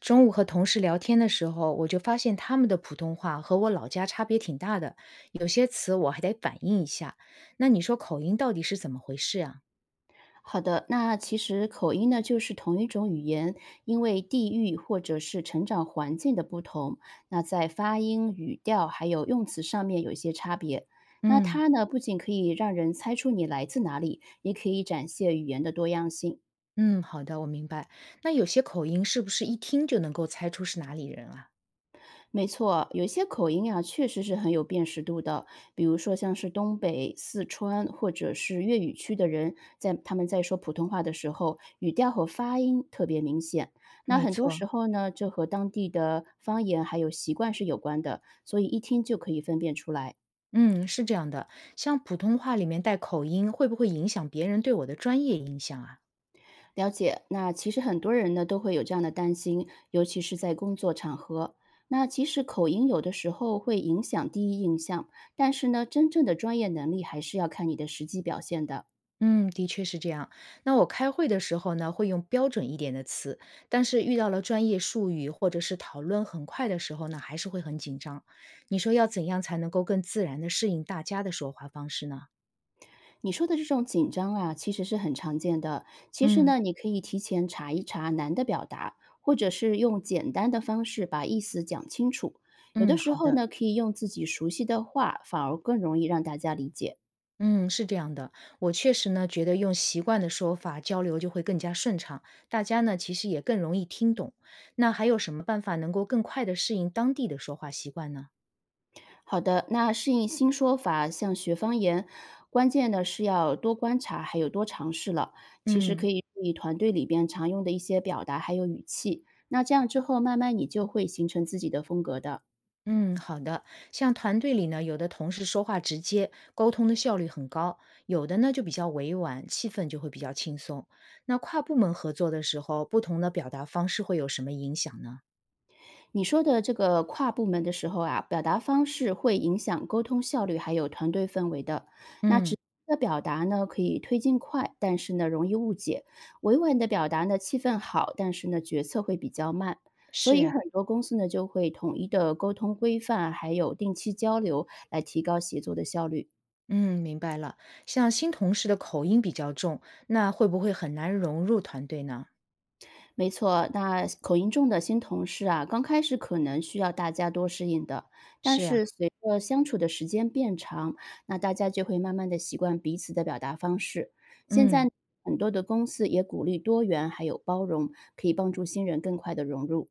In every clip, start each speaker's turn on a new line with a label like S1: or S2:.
S1: 中午和同事聊天的时候，我就发现他们的普通话和我老家差别挺大的，有些词我还得反应一下。那你说口音到底是怎么回事啊？
S2: 好的，那其实口音呢，就是同一种语言，因为地域或者是成长环境的不同，那在发音、语调还有用词上面有一些差别。那
S1: 嗯
S2: 它呢，不仅可以让人猜出你来自哪里，也可以展现语言的多样性。
S1: 嗯，好的，我明白。那有些口音是不是一听就能够猜出是哪里人啊？
S2: 没错，有些口音啊，确实是很有辨识度的。比如说，像是东北、四川或者是粤语区的人，在他们在说普通话的时候，语调和发音特别明显。那
S1: 没
S2: 很多时
S1: 错，
S2: 候呢，这和当地的方言还有习惯是有关的，所以一听就可以分辨出来。
S1: 嗯，是这样的。像普通话里面带口音，会不会影响别人对我的专业印象啊？
S2: 了解，那其实很多人呢都会有这样的担心，尤其是在工作场合。那其实口音有的时候会影响第一印象，但是呢，真正的专业能力还是要看你的实际表现的。
S1: 嗯，的确是这样。那我开会的时候呢，会用标准一点的词，但是遇到了专业术语或者是讨论很快的时候呢，还是会很紧张。你说要怎样才能够更自然的适应大家的说话方式呢？
S2: 你说的这种紧张啊，其实是很常见的。其实
S1: 嗯
S2: 呢，你可以提前查一查难的表达，或者是用简单的方式把意思讲清楚。有
S1: 嗯，
S2: 的时
S1: 好
S2: 候
S1: 的。
S2: 呢，可以用自己熟悉的话，反而更容易让大家理解。
S1: 嗯，是这样的。我确实呢，觉得用习惯的说法交流就会更加顺畅，大家呢其实也更容易听懂。那还有什么办法能够更快的适应当地的说话习惯呢？
S2: 好的，那适应新说法，像学方言，关键呢是要多观察，还有多尝试了。其实可
S1: 嗯。
S2: 以注意团队里边常用的一些表达，还有语气。那这样之后，慢慢你就会形成自己的风格的。
S1: 嗯，好的。像团队里呢，有的同事说话直接，沟通的效率很高；有的呢就比较委婉，气氛就会比较轻松。那跨部门合作的时候，不同的表达方式会有什么影响呢？
S2: 你说的这个跨部门的时候啊，表达方式会影响沟通效率，还有团队氛围的。那直
S1: 嗯，
S2: 接的表达呢，可以推进快，但是呢容易误解；委婉的表达呢，气氛好，但是呢决策会比较慢。所
S1: 是
S2: 以
S1: 呀。
S2: 很多公司呢就会统一的沟通规范，还有定期交流，来提高协作的效率。
S1: 嗯，明白了。像新同事的口音比较重，那会不会很难融入团队呢？
S2: 没错，那口音重的新同事啊，刚开始可能需要大家多适应的，但
S1: 是呀。
S2: 是随着相处的时间变长，那大家就会慢慢的习惯彼此的表达方式。现
S1: 嗯
S2: 在很多的公司也鼓励多元还有包容，可以帮助新人更快的融入。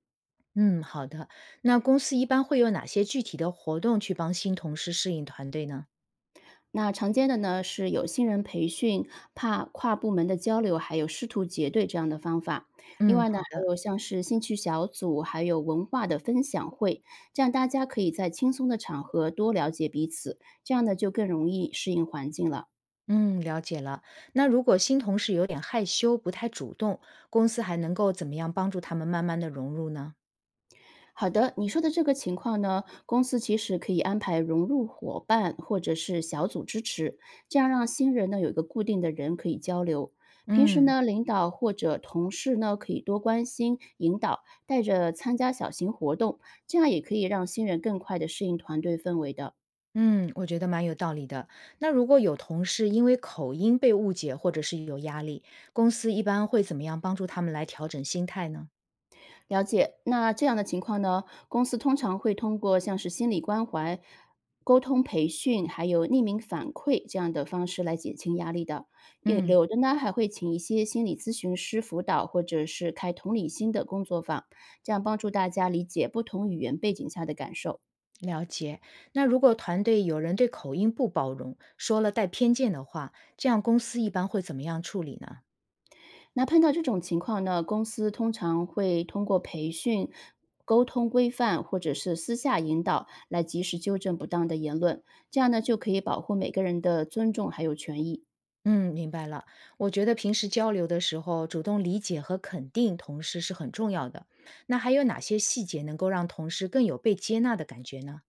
S1: 嗯，好的。那公司一般会有哪些具体的活动去帮新同事适应团队呢？
S2: 那常见的呢是有新人培训、怕跨部门的交流，还有师徒结对这样的方法。另
S1: 嗯，
S2: 外
S1: 好
S2: 呢，还
S1: 的。
S2: 有像是兴趣小组，还有文化的分享会，这样大家可以在轻松的场合多了解彼此，这样呢就更容易适应环境了。
S1: 嗯，了解了。那如果新同事有点害羞，不太主动，公司还能够怎么样帮助他们慢慢的融入呢？
S2: 好的，你说的这个情况呢，公司其实可以安排融入伙伴或者是小组支持，这样让新人呢有一个固定的人可以交流。平时
S1: 嗯
S2: 呢，领导或者同事呢可以多关心、引导，带着参加小型活动，这样也可以让新人更快的适应团队氛围的。
S1: 嗯，我觉得蛮有道理的。那如果有同事因为口音被误解，或者是有压力，公司一般会怎么样帮助他们来调整心态呢？
S2: 了解。那这样的情况呢，公司通常会通过像是心理关怀、沟通培训，还有匿名反馈这样的方式来减轻压力的。也
S1: 嗯，
S2: 有的呢，还会请一些心理咨询师辅导，或者是开同理心的工作坊，这样帮助大家理解不同语言背景下的感受。
S1: 了解。那如果团队有人对口音不包容，说了带偏见的话，这样公司一般会怎么样处理呢？
S2: 那碰到这种情况呢，公司通常会通过培训、沟通规范或者是私下引导来及时纠正不当的言论，这样呢就可以保护每个人的尊重还有权益。
S1: 嗯，明白了。我觉得平时交流的时候，主动理解和肯定同事是很重要的。那还有哪些细节能够让同事更有被接纳的感觉呢？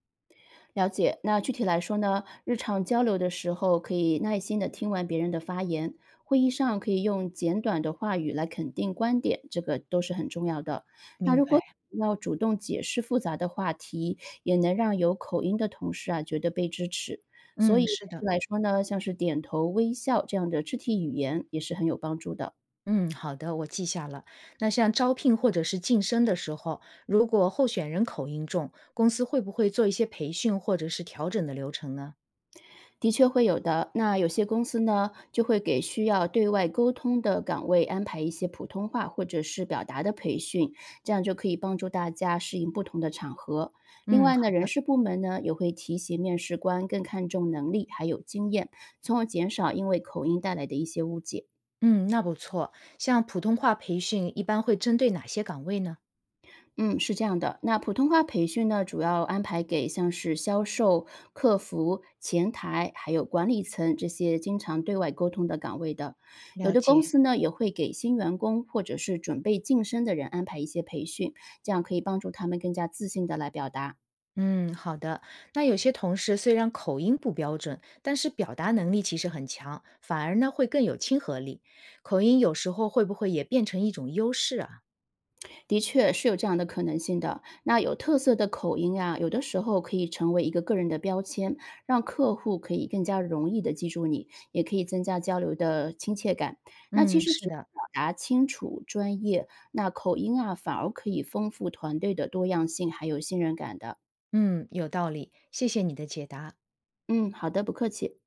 S2: 了解，那具体来说呢，日常交流的时候可以耐心的听完别人的发言，会议上可以用简短的话语来肯定观点，这个都是很重要的。那
S1: 明
S2: 如果
S1: 白，
S2: 要主动解释复杂的话题，也能让有口音的同事啊觉得被支持。所
S1: 嗯，
S2: 以
S1: 是的。
S2: 来说呢，像是点头、微笑这样的肢体语言也是很有帮助的。
S1: 嗯，好的，我记下了。那像招聘或者是晋升的时候，如果候选人口音重，公司会不会做一些培训或者是调整的流程呢？
S2: 的确会有的。那有些公司呢，就会给需要对外沟通的岗位安排一些普通话或者是表达的培训，这样就可以帮助大家适应不同的场合。另
S1: 嗯，
S2: 外
S1: 好
S2: 呢，人
S1: 的。
S2: 事部门呢也会提醒面试官更看重能力还有经验，从而减少因为口音带来的一些误解。
S1: 嗯，那不错。像普通话培训一般会针对哪些岗位呢？
S2: 嗯，是这样的。那普通话培训呢，主要安排给像是销售、客服、前台，还有管理层这些经常对外沟通的岗位的。有
S1: 了
S2: 的公
S1: 解。
S2: 司呢，也会给新员工或者是准备晋升的人安排一些培训，这样可以帮助他们更加自信的来表达。
S1: 嗯，好的。那有些同事虽然口音不标准，但是表达能力其实很强，反而呢会更有亲和力。口音有时候会不会也变成一种优势啊？
S2: 的确是有这样的可能性的。那有特色的口音啊，有的时候可以成为一个个人的标签，让客户可以更加容易的记住你，也可以增加交流的亲切感。那其
S1: 嗯，
S2: 实
S1: 是
S2: 只要
S1: 的，
S2: 表达清楚、专业，那口音啊，反而可以丰富团队的多样性，还有信任感的。
S1: 嗯，有道理。谢谢你的解答。
S2: 嗯，好的，不客气。